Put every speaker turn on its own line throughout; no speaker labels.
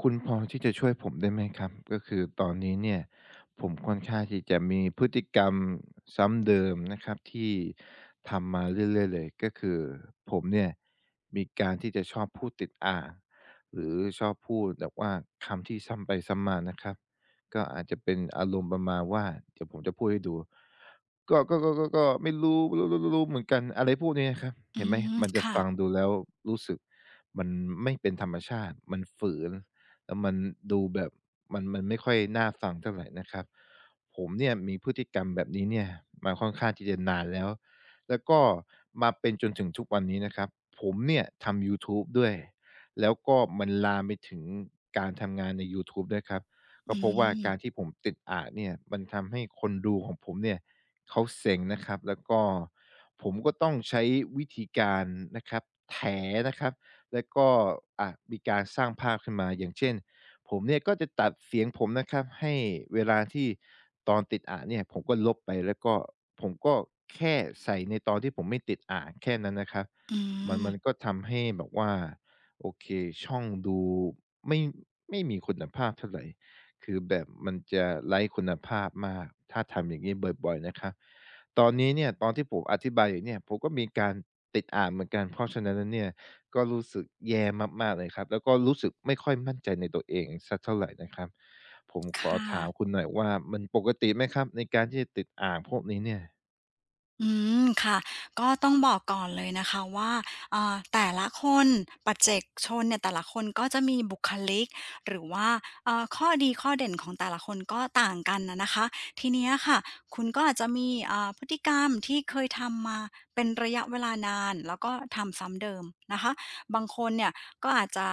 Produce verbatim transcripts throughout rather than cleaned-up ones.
คุณพอที่จะช่วยผมได้ไหมครับก็คือตอนนี้เนี่ยผมค่อนข้างที่จะมีพฤติกรรมซ้ำเดิมนะครับที่ทำมาเรื่อยๆเลยก็คือผมเนี่ยมีการที่จะชอบพูดติดอ่างหรือชอบพูดแบบว่าคำที่ซ้ำไปซ้ำมานะครับก็อาจจะเป็นอารมณ์ประมาณว่าเดี๋ยวผมจะพูดให้ดูก็ก็ก็ก็ก็ไม่รู้รู้รู้รู้เหมือนกันอะไรพวกนี้นะครับ
อื
เห็นไหม
ม
มันจะ
ค่ะ
ฟังดูแล้วรู้สึกมันไม่เป็นธรรมชาติมันฝืน แล้วมันดูแบบมันมันไม่ค่อยน่าฟังเท่าไหรนะครับผมเนี่ยมีพฤติกรรมแบบนี้เนี่ยมาค่อนข้างที่จะนานแล้วแล้วก็มาเป็นจนถึงทุกวันนี้นะครับผมเนี่ยทำยูทูบด้วยแล้วก็มันลามไปถึงการทำงานในยูทูบด้วยครับ
อื
ก็เพราะว่าการ
ม
ที่ผมติดอ่านเนี่ยมันทำให้คนดูของผมเนี่ยเขาเซ็งนะครับแล้วก็ผมก็ต้องใช้วิธีการนะครับแถนะครับ แล้วก็อ่ะมีการสร้างภาพขึ้นมาอย่างเช่นผมเนี่ยก็จะตัดเสียงผมนะครับให้เวลาที่ตอนติดอ่านเนี่ยผมก็ลบไปแล้วก็ผมก็แค่ใส่ในตอนที่ผมไม่ติดอ่านแค่นั้นนะครับ
อื
มันมัน
ม
ก็ทำให้แบบว่าโอเคช่องดูไม่ไม่มีคุณภาพเท่าไรคือแบบมันจะไร้คุณภาพมากถ้าทำอย่างงี้บ่อยๆนะครับตอนนี้เนี่ยตอนที่ผมอธิบายอยู่เนี่ยผมก็มีการติดอ่านเหมือนกันเพราะฉะนั้นแล้วเนี่ย ก็รู้สึกแย่มากๆเลยครับแล้วก็รู้สึกไม่ค่อยมั่นใจในตัวเองสักเท่าไรนะครับผม
ค
ขอถาม
่ะ
คุณหน่อยว่ามันปกติไหมครับในการที่จะติดอ่างพวกนี้เนี่ย
อืมค่ะก็ต้องบอกก่อนเลยนะคะว่าอ่าแต่ละคนปัจเจกชนเนี่ยแต่ละคนก็จะมีบุคลิกหรือว่าเอ่อข้อดีข้อเด่นของแต่ละคนก็ต่างกันนะนะคะทีเนี้ยค่ะคุณก็อาจจะมีอ่าพฤติกรรมที่เคยทำมาเป็นระยะเวลานานแล้วก็ทำซ้ำเดิมนะคะบางคนเนี่ยก็อาจจะ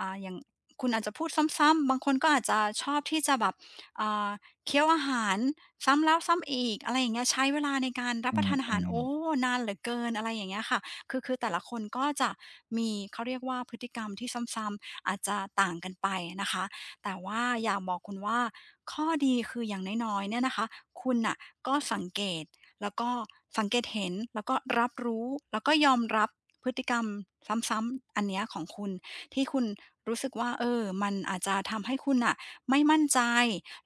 อ่าอย่างคุณอาจจะพูดซ้ำๆบางคนก็อาจจะชอบที่จะแบบอ่าเคี้ยวอาหาร ซ้ำแล้วซ้ำอีกอะไรอย่างเงี้ยใช้เวลาในการรับ
อื
ประทานอาหาร
ม
โอ้
ๆ
นานเหลือเกินอะไรอย่างเงี้ยค่ะคือคือแต่ละคนก็จะมีเขาเรียกว่าพฤติกรรมที่ซ้ำๆอาจจะต่างกันไปนะคะแต่ว่าอยากบอกคุณว่าข้อดีคืออย่างน้อยๆเนี่ยนะคะคุณน่ะก็สังเกตแล้วก็สังเกตเห็นแล้วก็รับรู้แล้วก็ยอมรับพฤติกรรมซ้ำๆอันเนี้ยของคุณที่คุณรู้สึกว่าเออมันอาจจะทำให้คุณน่ะไม่มั่นใจ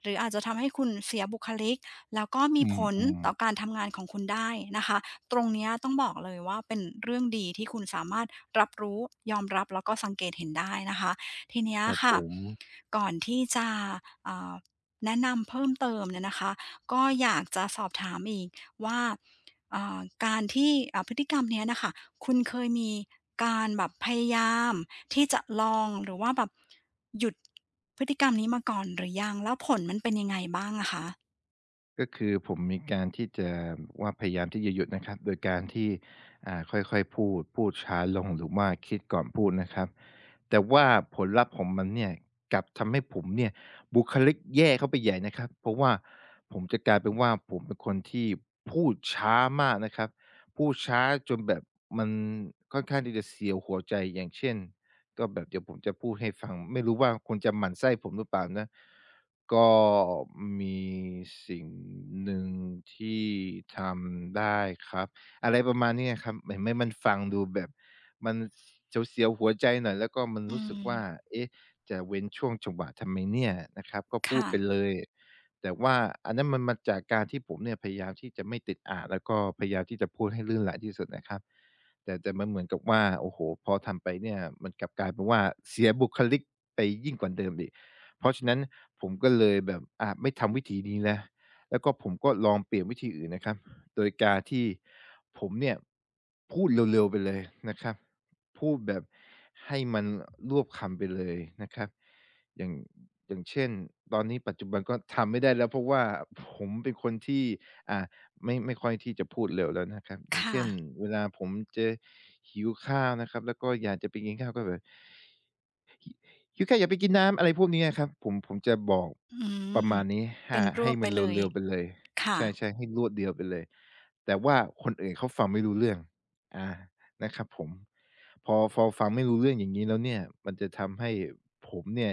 หรืออาจจะทำให้คุณเสียบุคลิก แล้วก็มี
อื
ผล
ม
ต่อการ
ๆ
ทำงานของคุณได้นะคะตรงเนี้ยต้องบอกเลยว่าเป็นเรื่องดีที่คุณสามารถรับรู้ยอมรับแล้วก็สังเกตเห็นได้นะคะทีเนี้ย
ครับผ
ค่ะ
ม
ก่อนที่จะเอ่อแนะนำเพิ่มเติมเนี่ยนะคะก็อยากจะสอบถามอีกว่าเอ่อการที่เอ่อพฤติกรรมเนี้ยนะคะคุณเคยมีการแบบพยายามที่จะลองหรือว่าแบบหยุดพฤติกรรมนี้มาก่อนหรือยังแล้วผลมันเป็นยังไงบ้างอะคะ
ก็คือผมมีการที่จะว่าพยายามที่จะหยุดนะครับโดยการที่อ่าค่อยๆพูดพูดช้าลงหรือว่าคิดก่อนพูดนะครับแต่ว่าผลลัพธ์ของมันเนี่ยกลับทำให้ผมเนี่ยบุคลิกแย่เข้าไปใหญ่นะครับเพราะว่าผมจะกลายเป็นว่าผมเป็นคนที่พูดช้ามากนะครับพูดช้าจนแบบมันค่อนข้างที่จะเสียวหัวใจอย่างเช่น ก็แบบเดี๋ยวผมจะพูดให้ฟังไม่รู้ว่าคุณจะหมั่นไส้ผมหรือเปล่านะก็มีสิ่งหนึ่งที่ทำได้ครับอะไรประมาณเนี้ยครับเห็นไหมมันฟังดูแบบมันเสียวๆหัวใจหน่อยแล้วก็มัน
อื
รู้สึกว่า
ม
เอ๊ะจะเว้นช่วงจังหวะทำไมเนี่ยนะครับก็พูด
ค่ะ
ไปเลยแต่ว่าอันนั้นมันมาจากการที่ผมเนี่ยพยายามที่จะไม่ติดอ่างแล้วก็พยายามที่จะพูดให้ลื่นไหลที่สุดนะครับ แต่แต่มันเหมือนกับว่าโอ้โฮพอทำไปเนี่ยมันกลับกลายเป็นว่าเสียบุคลิกไปยิ่งกว่าเดิมอีกเพราะฉะนั้นผมก็เลยแบบอ่าไม่ทำวิธีนี้แล้วแล้วก็ผมก็ลองเปลี่ยนวิธีอื่นนะครับโดยการที่ผมเนี่ยพูดเร็วๆไปเลยนะครับพูดแบบให้มันรวบคำไปเลยนะครับอย่างอย่างเช่นตอนนี้ปัจจุบันก็ทำไม่ได้แล้วเพราะว่าผมเป็นคนที่อ่า ไม่ไม่ค่อยที่จะพูดเร็วแล้วนะครับอย่าง
ค่ะ
เช่นเวลาผมจะหิวข้าวนะครับแล้วก็อยากจะไปกินข้าวก็แบบ คือแค่อย่าไปกินน้ำอะไรพวกนี้อะครับผมผมจะบอก
อื
ประ
ม
มาณนี้
เป็
หา
นร
ให้
วบไป
มันเ
เลย
ร็วๆไปเลย
ค่ะ
ใช่ๆให้รวดเดียวไปเลยแต่ว่าคนอื่นเขาฟังไม่รู้เรื่องอานะครับผมพอพอฟังไม่รู้เรื่องอย่างงี้แล้วเนี่ยมันจะทำให้ผมเนี่ย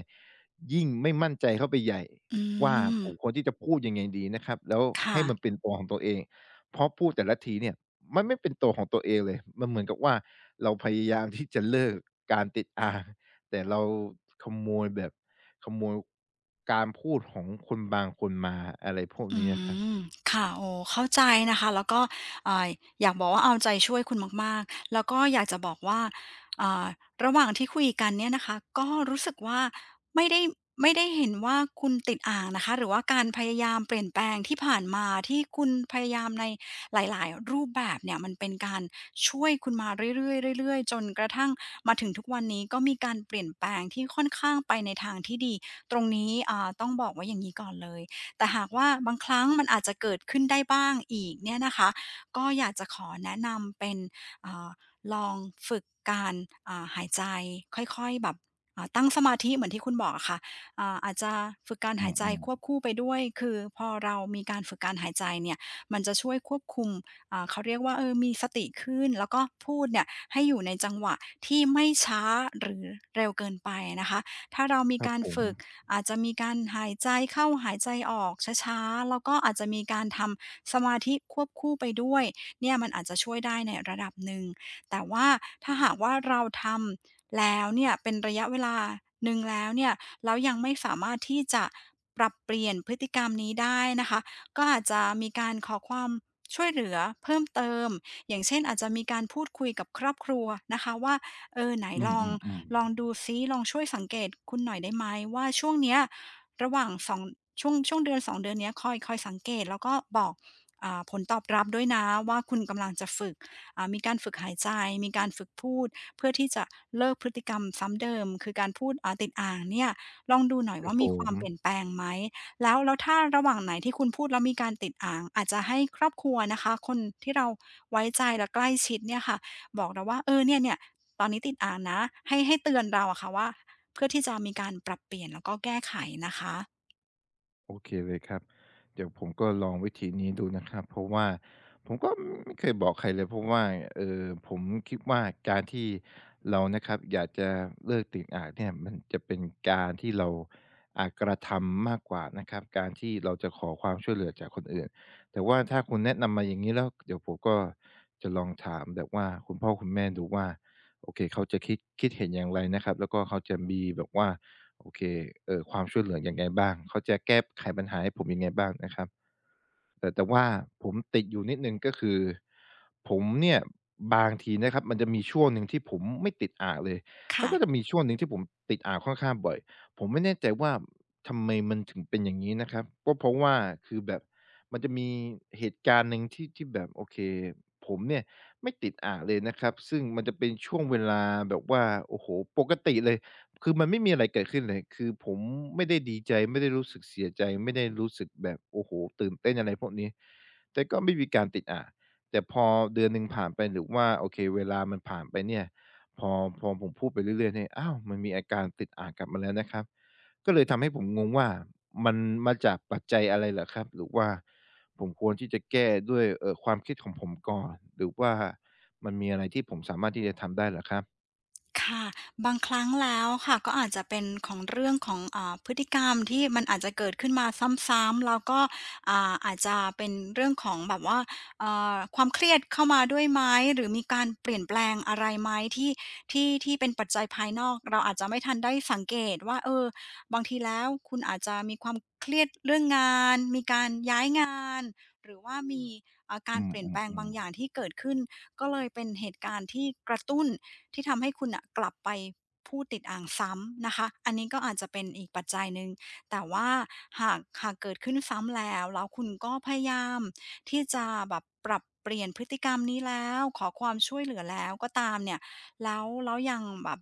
ยิ่งไม่มั่นใจเข้าไปใหญ่
อื
ว่า
ม
ผมควรที่จะพูดยังไงดีนะครับแล้ว
ค่ะ
ให้มันเป็นตัวของตัวเองเพราะพูดแต่ละทีเนี่ยมันไม่เป็นตัวของตัวเองเลยมันเหมือนกับว่าเราพยายามที่จะเลิกการติดอ่าง แต่เราขโมยแบบขโมยการพูดของคนบางคนมาอะไรพวก
อื
นี้อะครับ
มค่ะโอ้เข้าใจนะคะแล้วก็อ่าอยากบอกว่าเอาใจช่วยคุณมากๆแล้วก็อยากจะบอกว่าอ่าระหว่างที่คุยกันเนี่ยนะคะก็รู้สึกว่าไม่ได้ไม่ได้เห็นว่าคุณติดอ่างนะคะหรือว่าการพยายามเปลี่ยนแปลงที่ผ่านมาที่คุณพยายามในหลายๆรูปแบบเนี่ยมันเป็นการช่วยคุณมาเรื่อยๆเรื่อยๆจนกระทั่งมาถึงทุกวันนี้ก็มีการเปลี่ยนแปลงที่ค่อนข้างไปในทางที่ดีตรงนี้อ่าต้องบอกไว้อย่างงี้ก่อนเลย แต่หากว่าบางครั้งมันอาจจะเกิดขึ้นได้บ้างอีกเนี่ยนะคะก็อยากจะขอแนะนำเป็นเอ่าลองฝึกการอ่าหายใจค่อยๆแบบอ่าตั้งสมาธิเหมือนที่คุณบอกอะค่ะอ่าอาจจะฝึกการ
อื
หายใจควบ
ม
คู่ไปด้วยคือพอเรามีการฝึกการหายใจเนี่ยมันจะช่วยควบคุมอ่าเขาเรียกว่าเออมีสติขึ้นแล้วก็พูดเนี่ยให้อยู่ในจังหวะที่ไม่ช้าหรือเร็วเกินไปนะคะถ้าเรา
ๆ
มี
ครับ
การ
ผม
ฝึก อาจจะมีการหายใจเข้าหายใจออกช้าๆแล้วก็อาจจะมีการทำสมาธิควบคู่ไปด้วยเนี่ยมันอาจจะช่วยได้ในระดับหนึ่งแต่ว่าถ้าหากว่าเราทำแล้วเนี่ยเป็นระยะเวลาหนึ่งแล้วเนี่ยแล้วยังไม่สามารถที่จะปรับเปลี่ยนพฤติกรรมนี้ได้นะคะก็อาจจะมีการขอความช่วยเหลือเพิ่มเติมอย่างเช่นอาจจะมีการพูดคุยกับครอบครัวนะคะว่าเออไหน
อื
ลอง
มๆ
ลองดู
ๆ
ซิลองช่วยสังเกตคุณหน่อยได้ไหมว่าช่วงเนี้ยระหว่างสองช่วงช่วงเดือนสองเดือนเนี้ยคอยคอยสังเกตแล้วก็บอกอ่าผลตอบรับด้วยนะว่าคุณกำลังจะฝึกอ่ามีการฝึกหายใจมีการฝึกพูดเพื่อที่จะเลิกพฤติกรรมซ้ำเดิมคือการพูดอ่าติดอ่างเนี่ยลองดูหน่อย
ครับ
ว่า
ผ
มีควา
ม
มเปลี่ยนแปลงไหมแล้วแล้วถ้าระหว่างไหนที่คุณพูดแล้วมีการติดอ่างอาจจะให้ครอบครัวนะคะคนที่เราไว้ใจและใกล้ชิดเนี่ยค่ะ บอกเราว่าเออเนี่ยเนี่ยตอนนี้ติดอ่างนะให้ให้เตือนเราอะค่ะว่าเพื่อที่จะมีการปรับเปลี่ยนแล้วก็แก้ไขนะคะ
โอเคเลยครับเดี๋ยวผมก็ลองวิธีนี้ดูนะครับเพราะว่าผมก็ไม่เคยบอกใครเลยเพราะว่าเออผมคิดว่าการที่เรานะครับอยากจะเลิกติดอ่างเนี่ยมันจะเป็นการที่เราอากระทำมากกว่านะครับการที่เราจะขอความช่วยเหลือจากคนอื่นแต่ว่าถ้าคุณแนะนำมาอย่างนี้แล้วเดี๋ยวผมก็จะลองถามแบบว่าคุณพ่อคุณแม่ดูว่าโอเคเขาจะคิดคิดเห็นอย่างไรนะครับแล้วก็เขาจะมีแบบว่า โอเคเอ่อความช่วยเหลือยังไงบ้างเขาจะแก้ไขปัญหาให้ผมยังไงบ้างนะครับแต่แต่ว่าผมติดอยู่นิดหนึ่งก็คือผมเนี่ยบางทีนะครับมันจะมีช่วงหนึ่งที่ผมไม่ติดอ่างเลยแล้ว
ค่ะ
ก็จะมีช่วงหนึ่งที่ผมติดอ่างค่อนข้างบ่อย ผมไม่แน่ใจว่าทำไมมันถึงเป็นอย่างงี้นะครับก็เพราะว่าคือแบบมันจะมีเหตุการณ์หนึ่งที่ที่แบบโอเคผมเนี่ยไม่ติดอ่างเลยนะครับ ซึ่งมันจะเป็นช่วงเวลาแบบว่าโอ้โฮปกติเลย คือมันไม่มีอะไรเกิดขึ้นเลย คือผมไม่ได้ดีใจไม่ได้รู้สึกเสียใจไม่ได้รู้สึกแบบโอ้โฮตื่นเต้นอะไรพวกนี้แต่ก็ไม่มีการติดอ่างแต่พอเดือนหนึ่งผ่านไปหรือว่าโอเคเวลามันผ่านไปเนี่ยพอพอผมพูดไปเรื่อยๆเนี่ยอ้าวมันมีอาการติดอ่างกลับมาแล้วนะครับ ก็เลยทำให้ผมงงว่ามันมาจากปัจจัยอะไรเหรอครับหรือว่าผมควรที่จะแก้ด้วยเอ่อความคิดของผมก่อนหรือว่ามันมีอะไรที่ผมสามารถที่จะทำได้เหรอครับ
ค่ะบางครั้งแล้วค่ะก็อาจจะเป็นของเรื่องของอ่าพฤติกรรมที่มันอาจจะเกิดขึ้นมาซ้ำๆแล้วก็อ่าอาจจะเป็นเรื่องของแบบว่าเอ่อความเครียดเข้ามาด้วยไหมหรือมีการเปลี่ยนแปลงอะไรไหมที่ที่ที่เป็นปัจจัยภายนอกเราอาจจะไม่ทันได้สังเกตว่าเออบางทีแล้วคุณอาจจะมีความเครียดเรื่องงานมีการย้ายงานหรือว่ามีอ่ากา
อื
รเปลี่ยนแปลงบา
ม
ง
ๆ
อ
ๆ
ย่างที่เกิดขึ้นก็เลยเป็นเหตุการณ์ที่กระตุ้น ที่ทำให้คุณอ่ะกลับไปพูดติดอ่างซ้ำนะคะอันนี้ก็อาจจะเป็นอีกปัจจัยหนึ่งแต่ว่าหากหากเกิดขึ้นซ้ำแล้วแล้วคุณก็พยายามที่จะแบบปรับเปลี่ยนพฤติกรรมนี้แล้วขอความช่วยเหลือแล้วก็ตามเนี่ยแล้วแล้วยังแบบ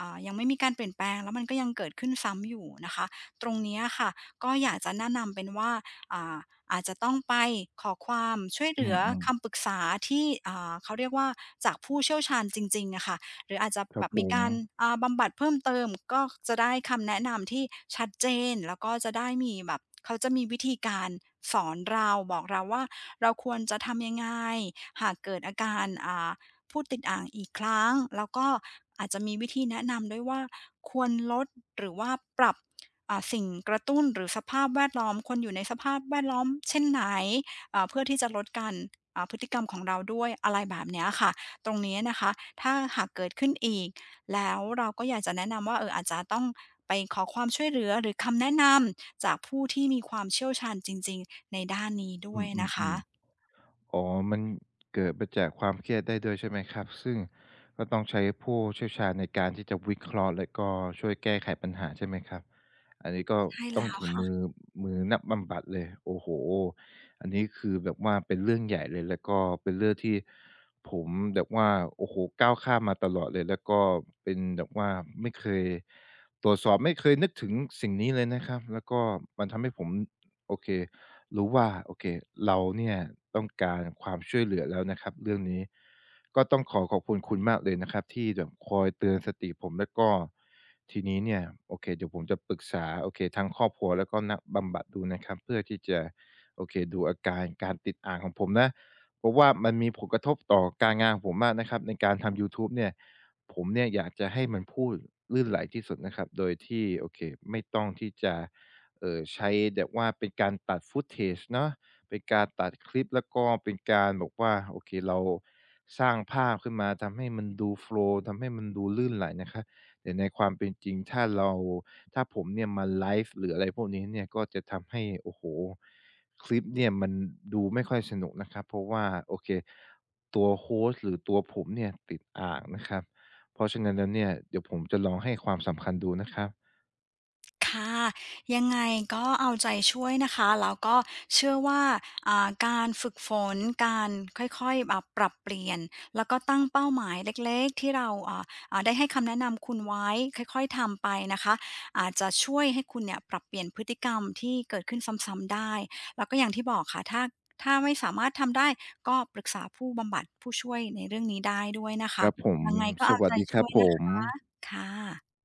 อ่ายังไม่มีการเปลี่ยนแปลงแล้วมันก็ยังเกิดขึ้นซ้ำอยู่นะคะตรงเนี้ยค่ะก็อยากจะแนะนำเป็นว่าอ่า อาจจะต้องไปขอความช่วยเห
อื
ลือ
ม
คำ
ๆ
ปรึกษาที่อ่าเขาเรียกว่าจากผู้เชี่ยวชาญจริงๆอะค่ะหรืออาจจะ
ครั
แบ
บ
บ
ผ
มี
ม
การอ่าบำบัดเพิ่มเติมก็จะได้คำแนะนำที่ชัดเจนแล้วก็จะได้มีแบบเขาจะมีวิธีการสอนเราบอกเราว่าเราควรจะทำยังไงหากเกิดอาการอ่าพูดติดอ่างอีกครั้งแล้วก็อาจจะมีวิธีแนะนำด้วยว่าควรลดหรือว่าปรับ อ่าสิ่งกระตุ้นหรือสภาพแวดล้อมคนอยู่ในสภาพแวดล้อมเช่นไหนอ่าเพื่อที่จะลดการอ่าพฤติกรรมของเราด้วยอะไรแบบเนี้ยค่ะตรงนี้นะคะถ้าหากเกิดขึ้นอีกแล้วเราก็อยากจะแนะนำว่าเอออาจจะต้องไปขอความช่วยเหลือหรือคำแนะนำจากผู้ที่มีความเชี่ยวชาญจริงๆในด้านนี้ด้
อื
วย
มอืม
นะ
อ
คะ
มอ๋อมันเกิดมาจากความเครียดได้ด้วยใช่ไหมครับ ซึ่งก็ต้องใช้ผู้เชี่ยวชาญในการที่จะวิเคราะห์และก็ช่วยแก้ไขปัญหาใช่ไหมครับอันนี้ก็
ใช่
ต้อง
แล้ว
ถึง
ค่ะ
มือมือนักบำบัดเลย โอ้โฮอันนี้คือแบบว่าเป็นเรื่องใหญ่เลยแล้วก็เป็นเรื่องที่ผมแบบว่าโอ้โฮก้าวข้ามมาตลอดเลยแล้วก็เป็นแบบว่าไม่เคยตรวจสอบไม่เคยนึกถึงสิ่งนี้เลยนะครับแล้วก็มันทำให้ผมโอเค รู้ว่าโอเคเราเนี่ยต้องการความช่วยเหลือแล้วนะครับเรื่องนี้ก็ต้องขอขอบคุณคุณมากเลยนะครับที่แบบคอยเตือนสติผมแล้วก็ทีนี้เนี่ยโอเคเดี๋ยวผมจะปรึกษาโอเคทั้งครอบครัวแล้วก็นักบำบัดดูนะครับเพื่อที่จะโอเคดูอาการการติดอ่างของผมนะเพราะว่ามันมีผลกระทบต่อการงานของผมมากนะครับในการทำยูทูบเนี่ยผมเนี่ยอยากจะให้มันพูดลื่นไหลที่สุดนะครับโดยที่โอเคไม่ต้องที่จะ เอ่อใช้แบบว่าเป็นการตัด footage เนาะเป็นการตัดคลิปแล้วก็เป็นการแบบว่าโอเคเราสร้างภาพขึ้นมาทำให้มันดูโฟลว์ทำให้มันดูลื่นไหลนะครับแต่ในความเป็นจริงถ้าเราถ้าผมเนี่ยมาไลฟ์หรืออะไรพวกนี้เนี่ยก็จะทำให้โอ้โฮคลิปเนี่ยมันดูไม่ค่อยสนุกนะครับเพราะว่าโอเคตัวโฮสต์หรือตัวผมเนี่ยติดอ่างนะครับเพราะฉะนั้นแล้วเนี่ยเดี๋ยวผมจะลองให้ความสำคัญดูนะครับ
ค่ะยังไงก็เอาใจช่วยนะคะแล้วก็เชื่อว่าอ่าการฝึกฝนการค่อยๆแบบปรับเปลี่ยนแล้วก็ตั้งเป้าหมายเล็กๆที่เราอ่าอ่าได้ให้คำแนะนำคุณไว้ค่อยๆทำไปนะคะอาจจะช่วยให้คุณเนี่ยปรับเปลี่ยนพฤติกรรมที่เกิดขึ้นซ้ำๆได้แล้วก็อย่างที่บอกค่ะถ้าถ้าไม่สามารถทำได้ก็ปรึกษาผู้บำบัดผู้ช่วยในเรื่องนี้ได้ด้วยนะ
ค
คะ
รับผม
ยังไงก็
ส
เอา
วัส
ใจ
ดีค
ช่
รั
ว
บ
ย
ผ
นะ
ม
คะค่ะ